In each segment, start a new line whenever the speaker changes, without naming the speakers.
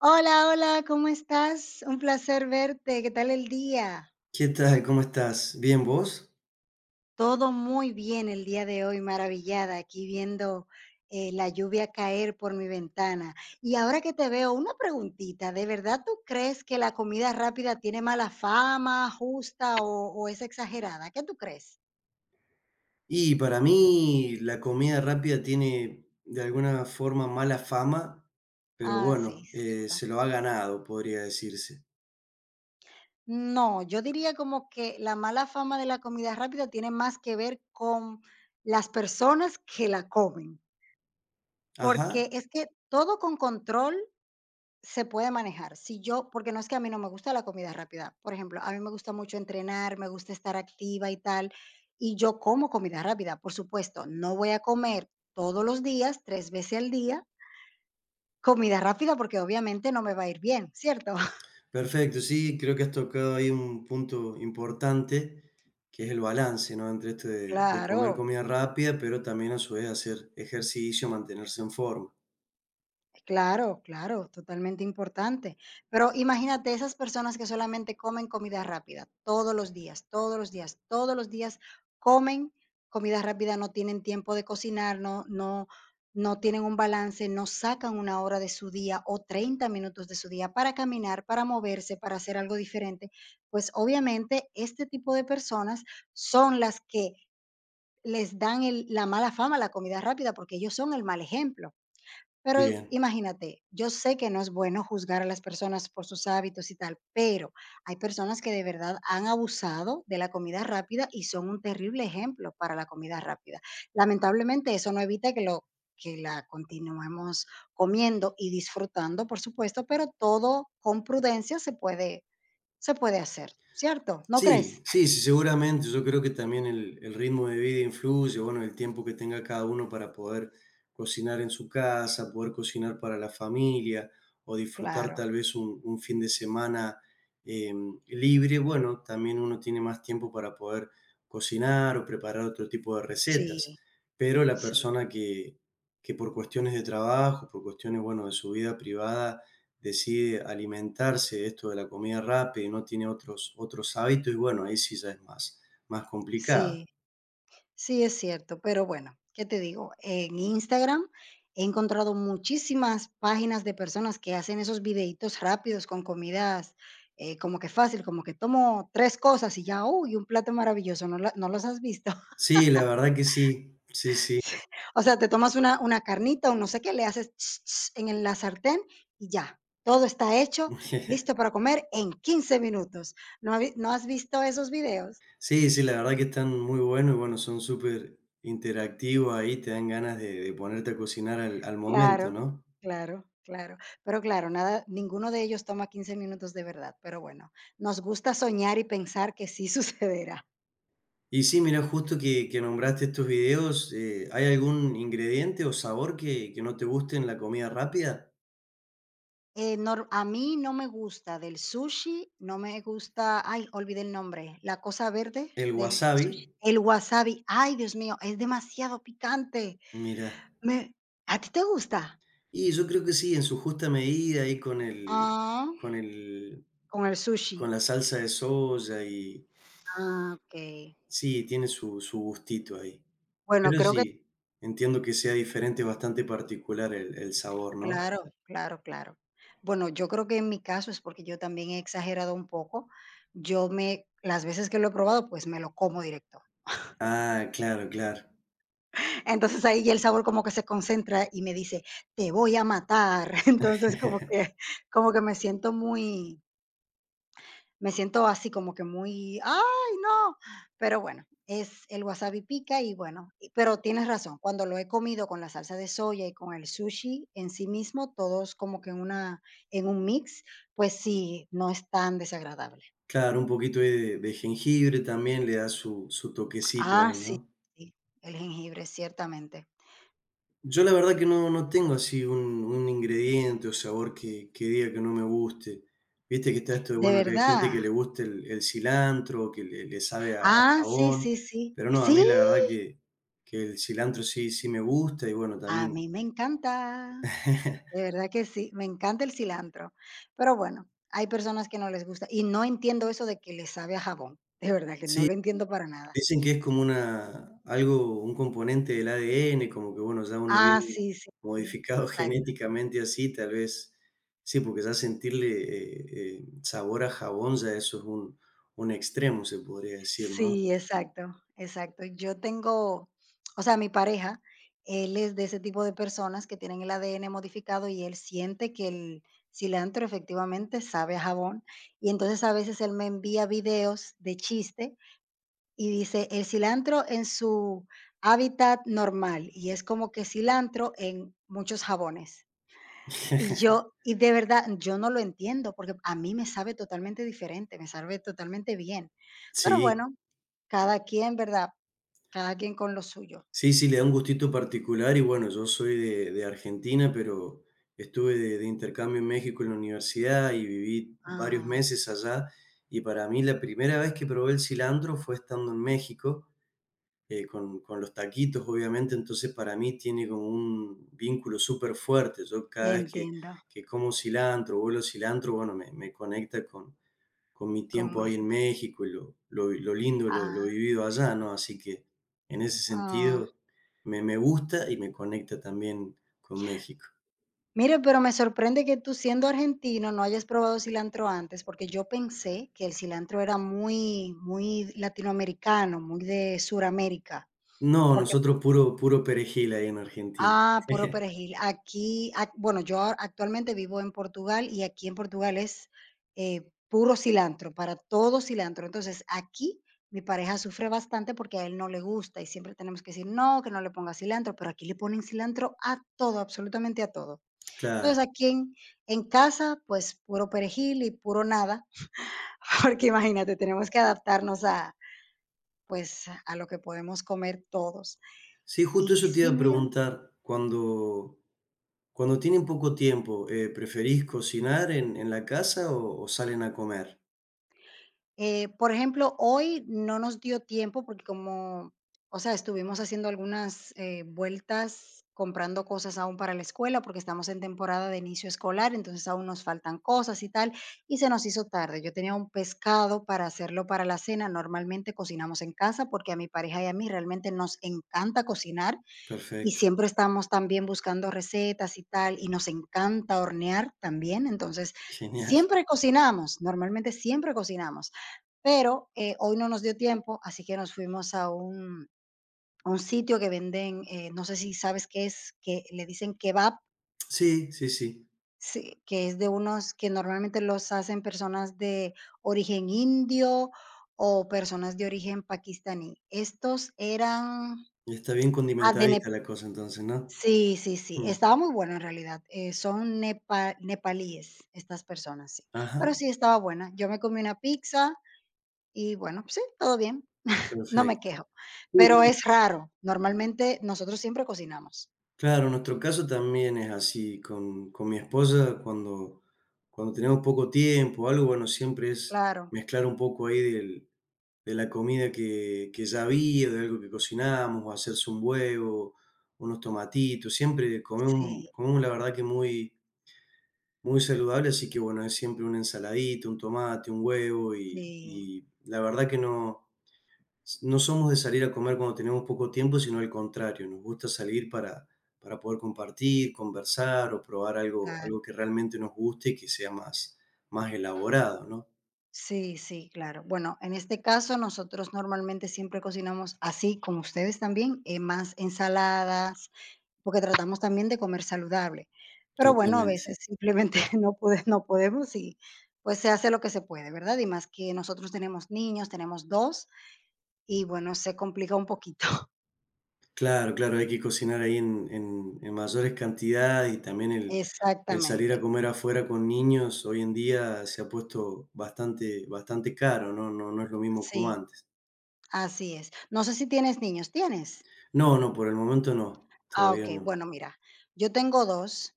Hola, hola, ¿cómo estás? Un placer verte. ¿Qué tal el día?
¿Qué tal? ¿Cómo estás? ¿Bien vos?
Todo muy bien el día de hoy, maravillada, aquí viendo la lluvia caer por mi ventana. Y ahora que te veo, una preguntita, ¿de verdad tú crees que la comida rápida tiene mala fama, justa o es exagerada? ¿Qué tú crees?
Y para mí la comida rápida tiene de alguna forma mala fama, pero
Ah, sí,
bueno,
cierto.
se lo ha ganado, podría decirse.
No, yo diría como que la mala fama de la comida rápida tiene más que ver con las personas que la comen.
Ajá,
Porque es que todo con control se puede manejar. Si yo porque no es que a mí no me gusta la comida rápida. Por ejemplo, a mí me gusta mucho entrenar, me gusta estar activa y tal, y yo como comida rápida, por supuesto. No voy a comer todos los días, 3 veces al día, comida rápida, porque obviamente no me va a ir bien, ¿cierto?
perfecto, sí, creo que has tocado ahí un punto importante, que es el balance, ¿no? Entre esto de comer
Claro.
comida rápida, pero también a su vez hacer ejercicio, mantenerse en forma.
Claro, claro, totalmente importante. Pero imagínate esas personas que solamente comen comida rápida todos los días, todos los días, todos los días comen comida rápida, no tienen tiempo de cocinar, no tienen un balance, no sacan una hora de su día o 30 minutos de su día para caminar, para moverse, para hacer algo diferente. Pues obviamente este tipo de personas son las que la mala fama a la comida rápida porque ellos son el mal ejemplo. Pero
Bien.
imagínate, yo sé que no es bueno juzgar a las personas por sus hábitos y tal, pero hay personas que de verdad han abusado de la comida rápida y son un terrible ejemplo para la comida rápida. Lamentablemente, eso no evita que lo que la continuemos comiendo y disfrutando, por supuesto, pero todo con prudencia se puede hacer, ¿cierto? ¿No crees?
Sí, sí, sí, seguramente. Yo creo que también el ritmo de vida influye, bueno, el tiempo que tenga cada uno para poder cocinar en su casa, poder cocinar para la familia o disfrutar
Claro,
tal vez un fin de semana eh, libre. Bueno, también uno tiene más tiempo para poder cocinar o preparar otro tipo de
sí,
recetas. Pero la
sí,
persona que por cuestiones de trabajo, por cuestiones, bueno, de su vida privada, decide alimentarse de esto de la comida rápida y no tiene otros hábitos, y bueno, ahí sí ya es más complicado.
sí. Sí, es cierto, pero bueno, ¿qué te digo? En Instagram he encontrado muchísimas páginas de personas que hacen esos videitos rápidos con comidas como que fácil, como que tomo tres cosas y ya, uy, un plato maravilloso, ¿no, no los has visto?
Sí, la verdad que sí, sí, sí.
O sea, te tomas una carnita o no sé qué, le haces ch, ch en la sartén y ya, todo está hecho, listo para comer en 15 minutos. ¿No, no has visto esos videos?
Sí, sí, la verdad que están muy buenos y bueno, son súper interactivos ahí, te dan ganas de ponerte a cocinar al
Claro,
momento, ¿no?
claro, claro. Pero claro, nada, ninguno de ellos toma 15 minutos de verdad, pero bueno, nos gusta soñar y pensar que sí sucederá.
Y sí, mira, justo que nombraste estos videos, ¿hay algún ingrediente o sabor que no te guste en la comida rápida?
A mí no me gusta del sushi, no me gusta, ay, olvidé el nombre, la cosa verde
El
del
wasabi,
sushi, el wasabi, ay, Dios mío, es demasiado picante.
mira.
Me, ¿a ti te gusta?
Y yo creo que sí, en su justa medida y con el
Ah,
con el
con el
con
sushi.
la salsa de soya y
Ah, ok.
sí, tiene su su gustito ahí.
Bueno,
Pero
creo que
sí, entiendo que sea diferente, bastante particular el sabor, ¿no?
Claro, claro, claro. Bueno, yo creo que en mi caso es porque yo también he exagerado un poco. Las veces que lo he probado, pues me lo como directo.
Ah, claro, claro.
Entonces ahí ya el sabor como que se concentra y me dice, te voy a matar. Como que me siento muy, me siento así como que muy, ¡ay, no! Pero bueno, es el wasabi pica y bueno, pero tienes razón, cuando lo he comido con la salsa de soya y con el sushi en sí mismo, todos como que en en un mix, pues sí, no es tan desagradable.
Claro, un poquito ahí de jengibre también le da su su toquecito
Ah,
ahí,
sí,
¿no?
sí, el jengibre, ciertamente.
Yo la verdad que no, no tengo así un ingrediente o sabor que diga que no me guste. Viste que está esto de,
De
bueno, que hay gente
verdad.
que le gusta el cilantro, que le sabe a
Ah, sí,
jabón,
sí, sí.
pero no, a
Sí,
mí la verdad que el cilantro sí, sí me gusta y bueno,
a mí
también,
me encanta. De verdad que sí, me encanta el cilantro. Pero bueno, hay personas que no les gusta y no entiendo eso de que le sabe a jabón. De verdad que no
sí.
lo entiendo para nada.
Dicen que es como una algo, un componente del ADN, como que, bueno, ya uno
Ah,
viene
sí, sí, sí,
modificado
exacto.
genéticamente así, tal vez, sí, porque ya sentirle, sabor a jabón, ya eso es un extremo, se podría decir, ¿no?
Sí, exacto, exacto. Yo tengo, o sea, mi pareja, él es de ese tipo de personas que tienen el ADN modificado y él siente que el cilantro efectivamente sabe a jabón. Y entonces a veces él me envía videos de chiste y dice: "El cilantro en su hábitat normal", y es como que cilantro en muchos jabones. Y de verdad, yo no lo entiendo, porque a mí me sabe totalmente diferente, me sabe totalmente bien. Pero
Sí,
bueno, cada quien, ¿verdad? Cada quien con lo suyo.
sí, sí, le da un gustito particular y, bueno, yo soy de Argentina, pero estuve de intercambio en México en la universidad y viví varios
Ah,
meses allá, y para mí la primera vez que probé el cilantro fue estando en México. Con los taquitos, obviamente, entonces para mí tiene como un vínculo súper fuerte. Yo cada vez que,
entiendo,
que como cilantro, vuelo cilantro, bueno, me conecta con mi
con
tiempo ahí en
México.
México y lo lindo, lo
Ah,
vivido allá, ¿no? Así que en ese
ah.
sentido me, me gusta y me conecta también con México.
Mire, pero me sorprende que tú siendo argentino no hayas probado cilantro antes, porque yo pensé que el cilantro era muy, muy latinoamericano, muy de Suramérica,
No,
porque,
nosotros puro, puro perejil ahí en Argentina.
ah, puro perejil. Aquí, bueno, actualmente vivo en Portugal y aquí en Portugal es puro cilantro, para todo cilantro. Entonces, aquí mi pareja sufre bastante porque a él no le gusta y siempre tenemos que decir, no, que no le ponga cilantro, pero aquí le ponen cilantro a todo, absolutamente a todo. Entonces
Claro.
aquí en, en casa, pues puro perejil y puro nada, porque imagínate, tenemos que adaptarnos a, pues, a lo que podemos comer todos.
Sí, justo
Y
eso te iba
sí,
a
mira,
preguntar. Cuando, cuando tienen poco tiempo, ¿preferís cocinar en la casa o salen a comer?
Por ejemplo, hoy no nos dio tiempo porque estuvimos haciendo algunas vueltas comprando cosas aún para la escuela porque estamos en temporada de inicio escolar, entonces aún nos faltan cosas y tal, y se nos hizo tarde. Yo tenía un pescado para hacerlo para la cena. Normalmente cocinamos en casa porque a mi pareja y a mí realmente nos encanta cocinar y
Perfecto,
siempre estamos también buscando recetas y tal, y nos encanta hornear también, entonces
genial.
normalmente siempre cocinamos, pero, hoy no nos dio tiempo, así que nos fuimos a un sitio que venden, no sé si sabes qué es, que le dicen kebab,
Sí, sí, sí.
sí, que es de unos que normalmente los hacen personas de origen indio o personas de origen paquistaní. Estos eran
Está bien
ah, de
condimentadita la cosa entonces, ¿no?
sí, sí, sí,
Mm.
estaba muy buena en realidad, son nepalíes estas personas, sí, pero
Ajá,
sí estaba buena. Yo me comí una pizza y bueno, pues sí, todo bien, no me
perfecto.
quejo,
Sí,
pero
no.
es raro, normalmente nosotros siempre cocinamos.
Claro, nuestro caso también es así. Con mi esposa, cuando, cuando tenemos poco tiempo o algo, bueno, siempre es
Claro,
mezclar un poco ahí del, de la comida que ya había, de algo que cocinamos, o hacerse un huevo, unos tomatitos, siempre
sí,
comemos, comemos la verdad que muy, muy saludable, así que bueno, es siempre una ensaladita, un tomate, un huevo,
sí,
y la verdad que no, no somos de salir a comer cuando tenemos poco tiempo, sino al contrario, nos gusta salir para poder compartir, conversar o probar algo,
claro,
algo que realmente nos guste y que sea más elaborado, ¿no?
sí, sí, claro. Bueno, en este caso nosotros normalmente siempre cocinamos así como ustedes también, más ensaladas, porque tratamos también de comer saludable. Pero bueno, a
Totalmente.
veces simplemente no podemos y, pues, se hace lo que se puede, ¿verdad? Y más que nosotros tenemos niños, tenemos 2 y bueno, se complica un poquito.
Claro, claro, hay que cocinar ahí en mayores cantidades y también el salir
Exactamente.
a comer afuera con niños hoy en día se ha puesto bastante bastante caro, ¿no? No, no es lo mismo
Sí,
como antes.
así es. No sé si tienes niños, ¿tienes?
No, no, por el momento no,
Ah,
todavía
okey.
no.
Bueno, mira, yo tengo 2,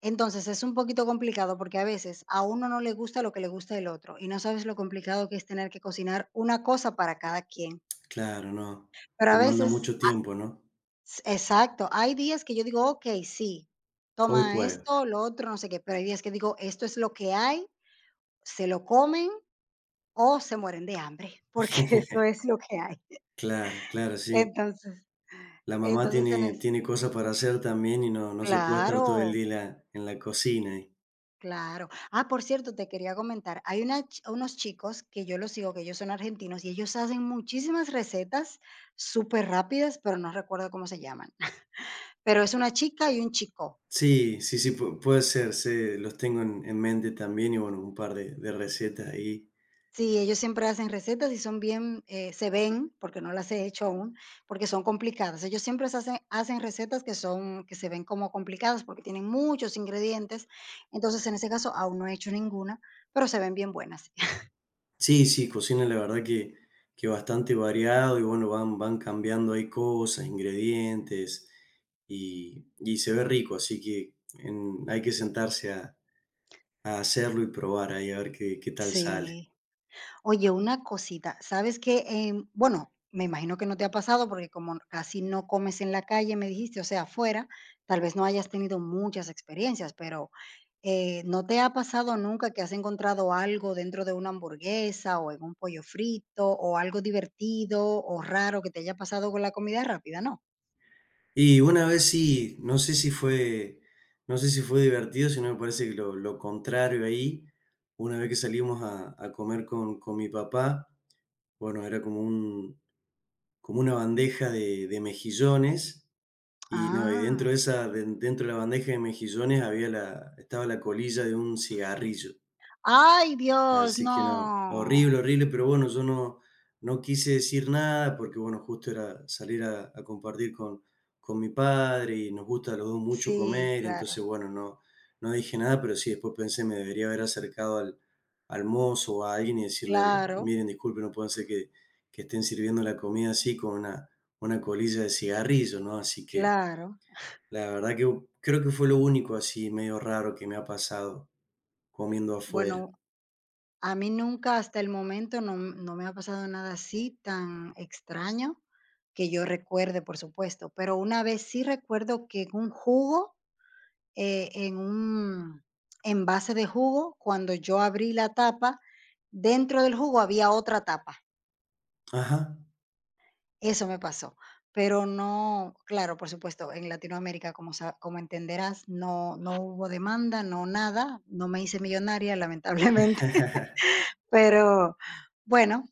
entonces es un poquito complicado porque a veces a uno no le gusta lo que le gusta el otro, y no sabes lo complicado que es tener que cocinar una cosa para cada quien.
Claro, no.
Pero a
Demanda
veces
mucho tiempo, ¿no?
S exacto. Hay días que yo digo: "Okey, sí,
Hoy
toma
puedo.
esto, lo otro, no sé qué", pero hay días que digo: "Esto es lo que hay, se lo comen o se mueren de hambre", porque eso es lo que hay.
Claro, claro, sí.
Entonces
La mamá
entonces en
tiene
es
tiene cosas para hacer también y no, no se puede estar todo el
claro,
día en la cocina.
claro. Ah, por cierto, te quería comentar, hay una ch unos chicos que yo los sigo, que ellos son argentinos y ellos hacen muchísimas recetas súper rápidas, pero no recuerdo cómo se llaman. Pero es una chica y un chico.
Sí, sí, sí, pu puede ser, se los tengo en mente también y bueno, un par de recetas ahí.
Sí, ellos siempre hacen recetas y son bien, se ven, porque no las he hecho aún, porque son complicadas. Ellos siempre se hacen, hacen recetas que son, que se ven como complicadas porque tienen muchos ingredientes. Entonces, en ese caso, aún no he hecho ninguna, pero se ven bien buenas.
Sí, sí, cocina la verdad que bastante variado y bueno, van cambiando ahí cosas, ingredientes y se ve rico, así que en hay que sentarse a hacerlo y probar ahí a ver qué qué tal sale.
Sí. Oye, una cosita, ¿sabes qué? Bueno, me imagino que no te ha pasado porque como casi no comes en la calle, me dijiste, o sea, afuera, tal vez no hayas tenido muchas experiencias, pero ¿no te ha pasado nunca que has encontrado algo dentro de una hamburguesa o en un pollo frito o algo divertido o raro que te haya pasado con la comida rápida? No.
Y una vez sí, no sé si fue no sé si fue divertido, sino me parece que lo contrario ahí, una vez que salimos a comer con mi papá. Bueno, era como un como una bandeja de mejillones y no, y
Ah,
dentro de esa den dentro de la bandeja de mejillones había la estaba la colilla de un cigarrillo.
ay Dios,
Así
no.
que no, horrible, horrible, pero bueno, yo no, no quise decir nada porque, bueno, justo era salir a compartir con mi padre y nos gusta a los dos mucho
Sí,
comer,
claro,
entonces, bueno, no, no dije nada, pero sí, después pensé, me debería haber acercado al, al mozo o a alguien y decirle,
claro,
miren, disculpen, no pueden ser que estén sirviendo la comida así con una colilla de cigarrillo, ¿no? Así que
claro.
la verdad que creo que fue lo único así medio raro que me ha pasado comiendo afuera.
Bueno, a mí nunca, hasta el momento, no me ha pasado nada así tan extraño, que yo recuerde, por supuesto. Pero una vez sí recuerdo que en un jugo, en un envase de jugo, cuando yo abrí la tapa, dentro del jugo había otra tapa.
Ajá.
Eso me pasó. Pero no, claro, por supuesto, en Latinoamérica, como sa como entenderás, no hubo demanda, no nada, no me hice millonaria, lamentablemente. Pero bueno,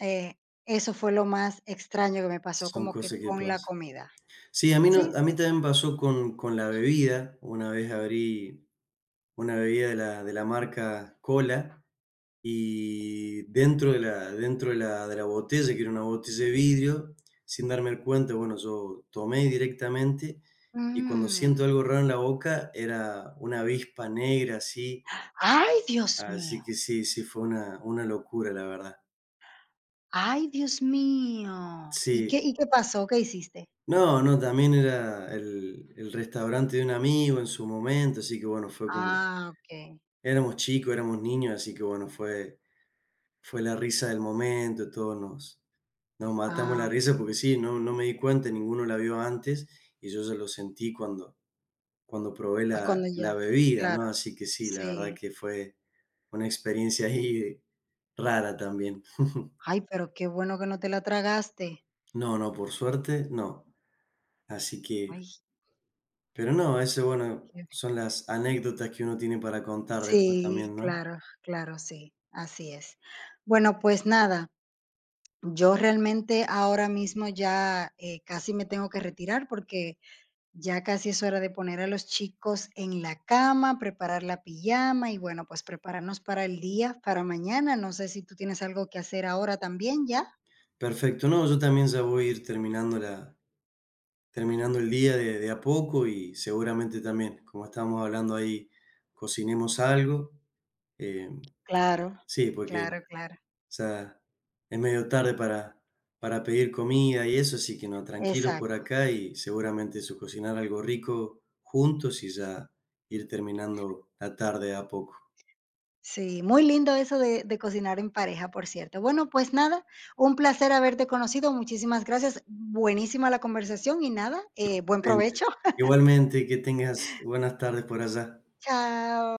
eh, eso fue lo más extraño que me pasó
Son
como que
cosas que
con la
pasan.
comida.
Sí, a mí no
Sí.
a mí también pasó con la bebida. Una vez abrí una bebida de la marca Cola, y dentro de la botella, que era una botella de vidrio, sin darme cuenta, bueno, yo tomé directamente, y cuando
Mm.
siento algo raro en la boca, era una avispa negra así,
Ay, Dios
así
mío.
que sí, sí, fue una locura, la verdad.
Ay, Dios mío. ¿Y qué
Sí.
y qué pasó? ¿Qué hiciste?
No, no, también era el restaurante de un amigo en su momento, así que bueno, fue como,
Ah, okey.
éramos chicos, éramos niños, así que bueno, fue, fue la risa del momento, todos nos, nos matamos
Ah,
la risa
okey.
porque sí, no, no me di cuenta, ninguno la vio antes y yo se lo sentí cuando, cuando probé
Pues cuando
la,
ya
la bebida, ¿no?
claro,
Así que sí, la verdad
sí.
que fue una experiencia ahí rara también.
Ay, pero qué bueno que no te la tragaste.
No, no, por suerte, no. Así que
Ay,
pero no, ese, bueno,
qué
son las anécdotas que uno tiene para contar después
sí,
también, ¿no?
claro, claro, sí, así es. Bueno, pues nada. Yo realmente ahora mismo ya, casi me tengo que retirar porque ya casi es hora de poner a los chicos en la cama, preparar la pijama y bueno, pues prepararnos para el día, para mañana. No sé si tú tienes algo que hacer ahora también ya.
Perfecto, no, yo también ya voy a ir terminando la, terminando el día de a poco y seguramente también, como estábamos hablando ahí, cocinemos algo. eh,
Claro,
sí, porque
claro, claro.
ya es medio tarde para pedir comida y eso, así que no, tranquilo por
Exacto.
acá y seguramente eso, cocinar algo rico juntos y ya ir terminando la tarde de a poco.
Sí, muy lindo eso de cocinar en pareja, por cierto. Bueno, pues nada, un placer haberte conocido. Muchísimas gracias. Buenísima la conversación y nada, buen
Igualmente,
provecho.
igualmente, que tengas buenas tardes por allá.
Chao.